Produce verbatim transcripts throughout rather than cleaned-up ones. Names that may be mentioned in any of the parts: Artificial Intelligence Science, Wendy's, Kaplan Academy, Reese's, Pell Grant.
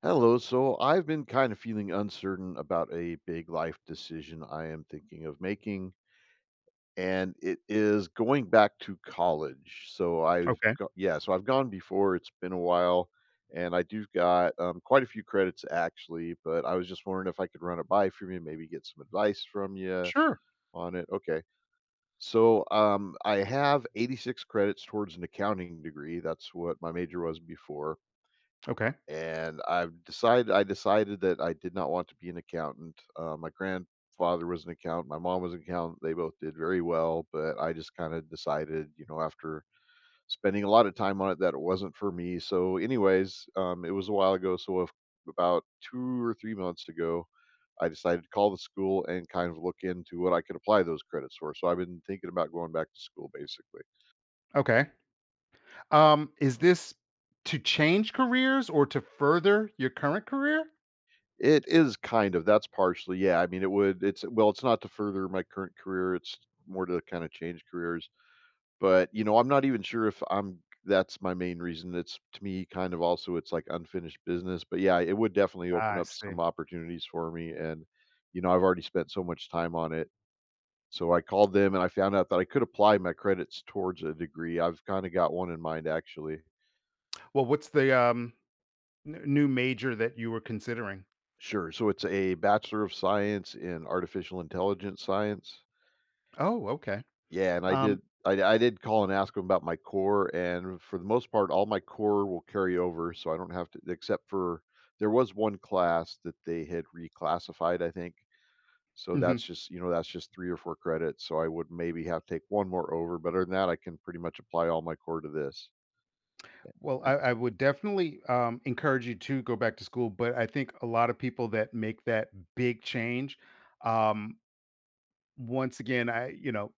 Hello. So I've been kind of feeling uncertain about a big life decision I am thinking of making, and it is going back to college. So I've Okay. got, yeah, so I've gone before. It's been a while, and I do got um, quite a few credits actually. But I was just wondering if I could run it by from you, maybe get some advice from you Sure. on it. Okay. So um, I have eighty-six credits towards an accounting degree. That's what my major was before Okay. and I've decided I decided that I did not want to be an accountant. Uh, my grandfather was an accountant. My mom was an accountant. They both did very well, but I just kind of decided, you know, after spending a lot of time on it, that it wasn't for me. So, anyways, um, it was a while ago. So, if, about two or three months ago, I decided to call the school and kind of look into what I could apply those credits for. So, I've been thinking about going back to school, basically. Okay. Um, is this to change careers or to further your current career? It is kind of, that's partially, yeah, I mean, it would it's well, it's not to further my current career, it's more to kinda change careers, but, you know, I'm not even sure if I'm that's my main reason, it's to me kind of also it's like unfinished business, but yeah, it would definitely Ah, open I up see. some opportunities for me, and, you know, I've already spent so much time on it. So I called them and I found out that I could apply my credits towards a degree. I've kinda got one in mind, actually. Well, what's the um, n- new major that you were considering? Sure, so it's a Bachelor of Science in Artificial Intelligence Science. Oh, okay. Yeah, and I Um, did I I did call and ask them about my core, and for the most part, all my core will carry over, so I don't have to except for there was one class that they had reclassified, I think. So mhm. that's just, you know, that's just three or four credits, so I would maybe have to take one more over, but other than that, I can pretty much apply all my core to this. Yeah, Well, I, and I would definitely um, encourage you to go back to school, but I think a lot of people that make that big change, um, once again, I you know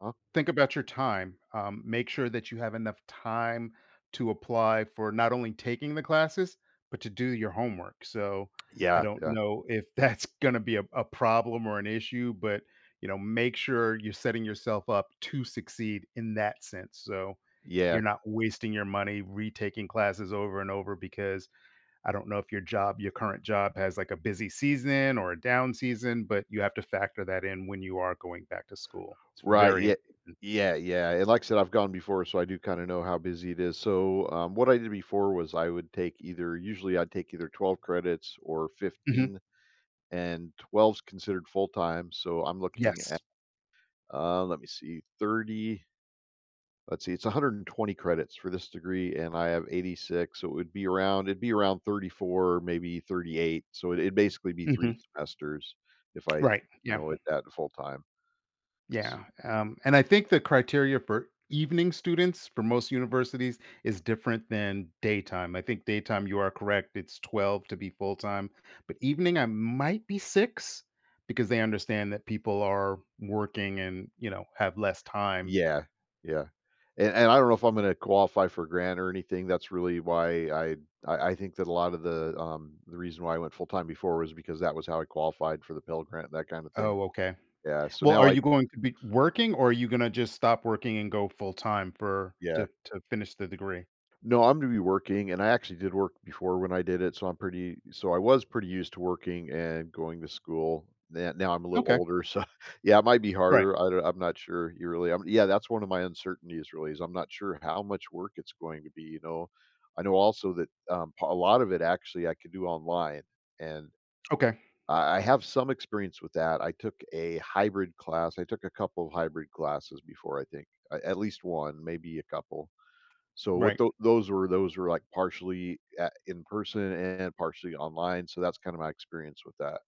huh? think about your time. Um, make sure that you have enough time to apply for not only taking the classes, but to do your homework. So I Yeah, don't yeah. know if that's going to be a, a problem or an issue, but you know, make sure you're setting yourself up to succeed in that sense. So you're Yeah. not wasting your money retaking classes over and over, because I don't know if your job, your current job has like a busy season or a down season, but you have to factor that in when you are going back to school. It's Right, very yeah. important. Yeah, yeah, and like I said, I've gone before, so I do kinda know how busy it is. So, um, what I did before was I would take either usually I'd take either twelve credits or Mhm. fifteen, and twelve's considered full-time, so I'm looking at, Yes. uh, let me see, thirty let's see, it's one hundred twenty credits for this degree, and I have eighty-six, so it would be around it'd be around thirty-four, maybe thirty-eight, so it, it'd basically be three Mhm. semesters if I, Right. you Yeah. know, at that full-time. Yeah. Um, and I think the criteria for evening students for most universities is different than daytime. I think daytime, you are correct. It's twelve to be full time, but evening, I might be six, because they understand that people are working and, you know, have less time. Yeah, yeah, and and I don't know if I'm gonna qualify for a grant or anything, that's really why I I I think that a lot of the, um the reason why I went full-time before was because that was how I qualified for the Pell Grant, that kind of thing. Oh, okay. Yeah, so Well, now are I you going to be working, or are you going to just stop working and go full time for yeah. to, to finish the degree? No, I'm gonna be working, and I actually did work before when I did it, so I'm pretty so I was pretty used to working and going to school. Now now I'm a little Okay. older, so yeah, it might be Right. harder. I don't, I'm not sure you really. I'm, yeah, that's one of my uncertainties. Really, is I'm not sure how much work it's going to be. You know, I know also that um, a lot of it actually I could do online, and Okay. I, I have some experience with that. I took a hybrid class. I took a couple of hybrid classes before. I think I, at least one, maybe a couple so what Right. tho those were those were, like, partially at in person and partially online, so that's kinda my experience with that.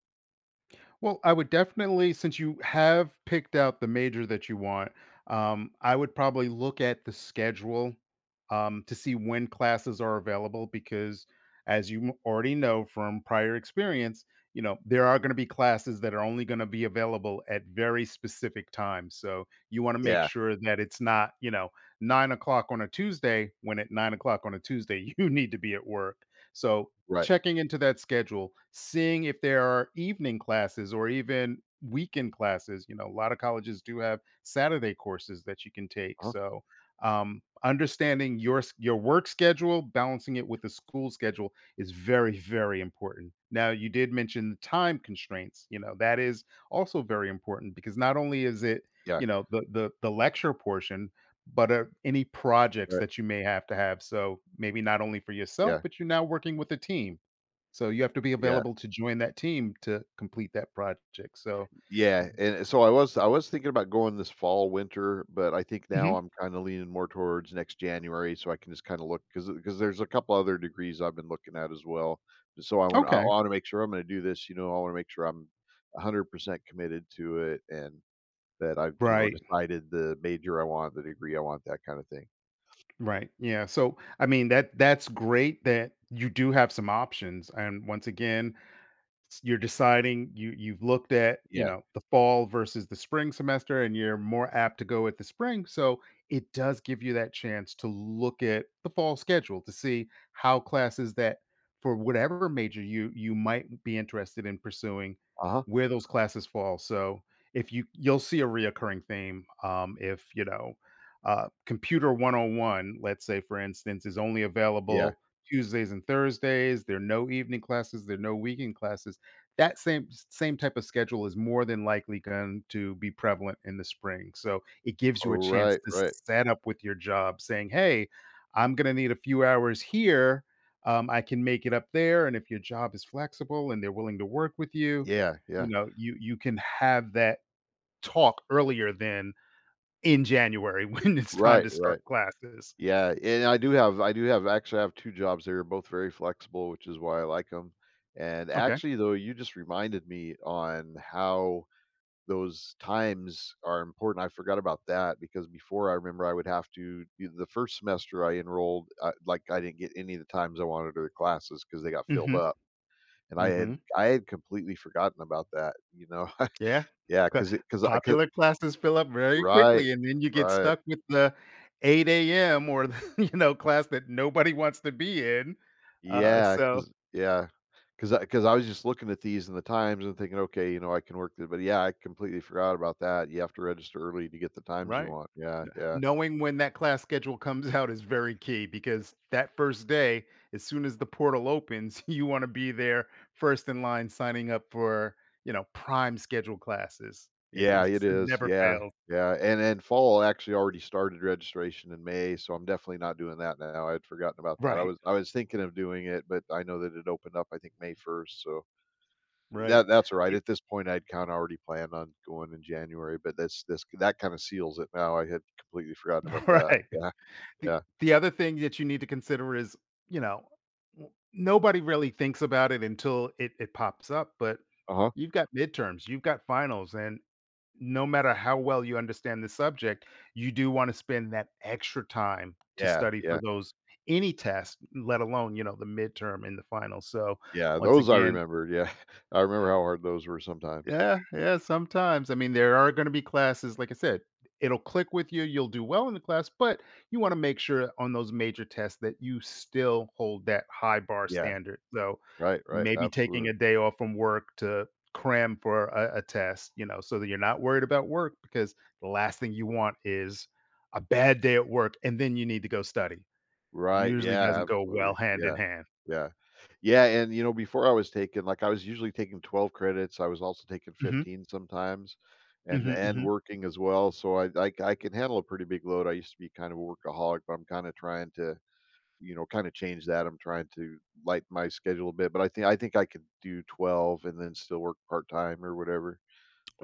Well, I would definitely, since you have picked out the major that you want, um, I would probably look at the schedule um, to see when classes are available, because as you m- already know from prior experience, you know there are going to be classes that are only going to be available at very specific times. So you want to make Yeah, sure that it's not, you know, nine o'clock on a Tuesday, when at nine o'clock on a Tuesday you need to be at work. So right. checking into that schedule, seeing if there are evening classes or even weekend classes. You know, a lot of colleges do have Saturday courses that you can take. Huh. So, um, understanding your s- your work schedule, balancing it with the school schedule, is very, very important. Now, you did mention the time constraints. You know, that is also very important, because not only is it Yeah, you know the the the lecture portion, but uh, any projects right, that you may have to have. So maybe not only for yourself, yeah, but you're now working with a team. So, you have to be yeah, available to join that team to complete that project, so. yeah, and so I was I was thinking about going this fall, winter, but I think now Mhm. I'm kinda leaning more towards next January so I can just kinda look look because because there's a couple other degrees I've been looking at as well. So I want I Okay. wanna make sure I'm gonna do this, you know, I wanna make sure I'm one hundred percent committed to it and that I've, you know, Right, decided the major I want, the degree I want, that kinda thing. right, yeah, so, I mean, that that's great that you do have some options, and once again, you're deciding, you you've looked at you Yeah. know the fall versus the spring semester, and you're more apt to go with the spring, so it does give you that chance to look at the fall schedule to see how classes that for whatever major you you might be interested in pursuing, Uh-huh. where those classes fall. So if you you'll see a reoccurring theme, um if you know uh, computer one oh one, let's say for instance, is only Yeah. available Tuesdays and Thursdays, there are no evening classes, there are no weekend classes. That same same type of schedule is more than likely going to be prevalent in the spring. So it gives Oh, you a chance right, to right. set up with your job, saying, hey, I'm going to need a few hours here. Um, I can make it up there. And if your job is flexible and they're willing to work with you, Yeah, you yeah. know, you you can have that talk earlier than in January when it's time Right, to start right. classes. Yeah, and I do have I do have actually I have two jobs that are both very flexible, which is why I like them. And Okay. actually, though, you just reminded me on how those times are important. I forgot about that because before I remember I would have to the first semester I enrolled, uh, like, I didn't get any of the times I wanted or the classes because they got filled Hmm. up. And I had Hmm. I had completely forgotten about that, you know? Yeah, Yeah, Yeah, c 'cause because I could popular classes fill up very Right, quickly, and then you get right. stuck with the eight a m or the you know, class that nobody wants to be in, uh, Yeah, so. because Yeah, 'cause because I 'cause I was just looking at these in the times and thinking, "Okay, you know, I can work th," but yeah, I completely forgot about that. You have to register early to get the times you Right. want. Yeah, yeah. Knowing when that class schedule comes out is very key, because that first day, as soon as the portal opens, you wanna be there first in line signing up for, you know, prime schedule classes. It it Yeah, it just is. never Yeah, fails. yeah, and and fall actually already started registration in May, so I'm definitely not doing that now. I would forgotten about that. I Right, was I was thinking of doing it, but I know that it opened up, I think, May first, so right. that that's all right. At this point, I'd kinda already planned on going in January, but that's this that kinda seals it now. I had completely forgotten about that. Right. Yeah. The Yeah. the other thing that you need to consider is, you know, w nobody really thinks about it until it it pops up, but Uh-huh. you've got midterms, you've got finals, and no matter how well you understand the subject, you do wanna spend that extra time to Yeah, study for yeah, those, any test, let alone, you know, the midterm and the final. So, yeah. once Those I again, remembered, yeah. I remember how hard those were sometimes. yeah, yeah, sometimes. I mean, there are gonna be classes, like I said, it'll click with you, you'll do well in the class, but you wanna make sure on those major tests that you still hold that high bar Yeah. standard. So, Right, right. maybe taking Absolutely. a day off from work to cram for a, a test, you know, so that you're not worried about work, because the last thing you want is a bad day at work and then you need to go study. Right, Usually yeah, doesn't go well absolutely, hand in yeah, hand. yeah. Yeah, and, you know, before I was taking like, I was usually taking twelve credits, I was also taking Mhm, fifteen sometimes and mhm, and mhm. working as well, so I I I can handle a pretty big load. I used to be kind of a workaholic, but I'm kinda trying to, you know, kinda change that, I'm trying to lighten my schedule a bit, but I think I think I could do twelve and then still work part-time or whatever.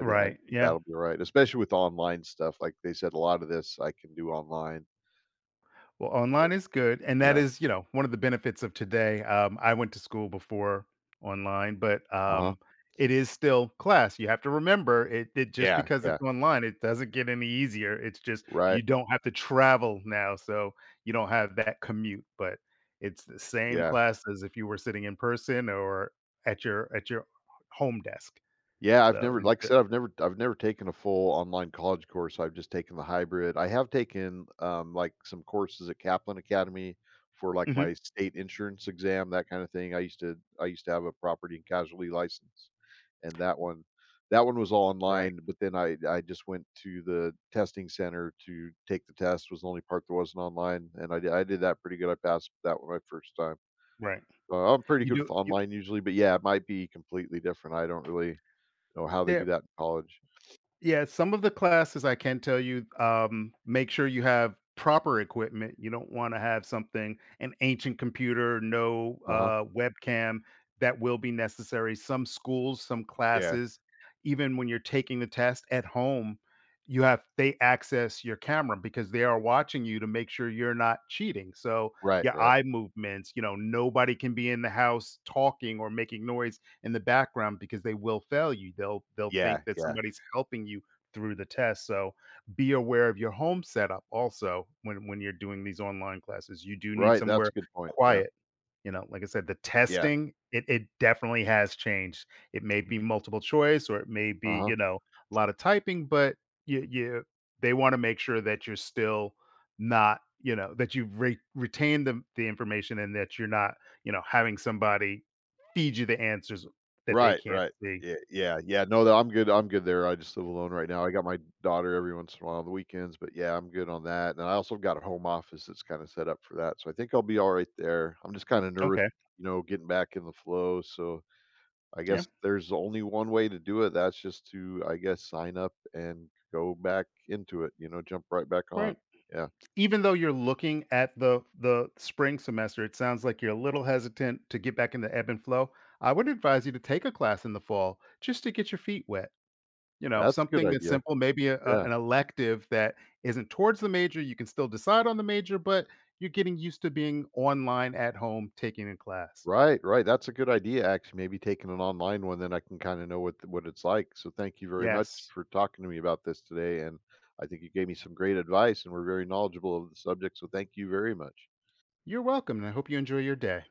I think I think yeah. that'll be alright, especially with online stuff, like they said, a lot of this I can do online. Well, online is good, and that Yeah. is, you know, one of the benefits of today. Um, I went to school before online, but Uh-huh. um, it is still class. You have to remember it, it just Yeah, because yeah, it's online, it doesn't get any easier. It's just you right. don't have to travel now, so you don't have that commute, but it's the same Yeah. class as if you were sitting in person or at your at your home desk. Yeah, I've So never it like I is. said, I've never I've never taken a full online college course. I've just taken the hybrid. I have taken um like some courses at Kaplan Academy for like Mhm. my state insurance exam, that kind of thing. I used to I used to have a property and casualty license and that one that one was all Right, online, but then I I just went to the testing center to take the test was the only part that wasn't online and I did, I did that pretty good. I passed that one my first time. right. So I'm pretty You good with do you online usually, but yeah, it might be completely different. I don't really or how they do there. that in college. Yeah, some of the classes I can tell you, um, make sure you have proper equipment. You don't want to have something, an ancient computer, no Uh-huh. uh, webcam that will be necessary. Some schools, some Yeah. classes, even when you're taking the test at home, you have they access your camera because they are watching you to make sure you're not cheating. So Right, your right. eye movements, you know, nobody can be in the house talking or making noise in the background, because they will fail you. They'll they'll think Yeah, that yeah. somebody's helping you through the test. So be aware of your home setup also when when you're doing these online classes. You do need Right, that's a somewhere good point. Yeah. quiet. You know, like I said, the Yeah. testing, it it definitely has changed. It may be multiple choice or it may be, Uh-huh. you know, a lot of typing, but you you they want to make sure that you're still not, you know, that you re- retain the the information, and that you're not, you know, having somebody feed you the answers that they Right, can't right. see. Yeah, yeah, yeah. No, tha I'm good I'm good there. I just live alone right now. I got my daughter every once in a while on the weekends, but yeah, I'm good on that, and I also got a home office that's kinda set up for that, so I think I'll be alright there. I'm just kinda nervous, Okay. you know, getting back in the flow, so I Yeah. guess there's only one way to do it. That's just to, I guess, sign up and go back into it, you know, jump right back on. Right. Yeah. Even though you're looking at the the spring semester, it sounds like you're a little hesitant to get back in the ebb and flow. I would advise you to take a class in the fall just to get your feet wet. You know, That's a good Something that's idea. simple, maybe a, a- Yeah. an elective that isn't towards the major. You can still decide on the major, but you're getting used to being online at home taking a class. Right, right. That's a good idea, actually. Maybe taking an online one, then I can kind of know what what it's like. So thank you very much Yes, for talking to me about this today, and I think you gave me some great advice, and we're very knowledgeable of the subject. So thank you very much. you're welcome. And I hope you enjoy your day.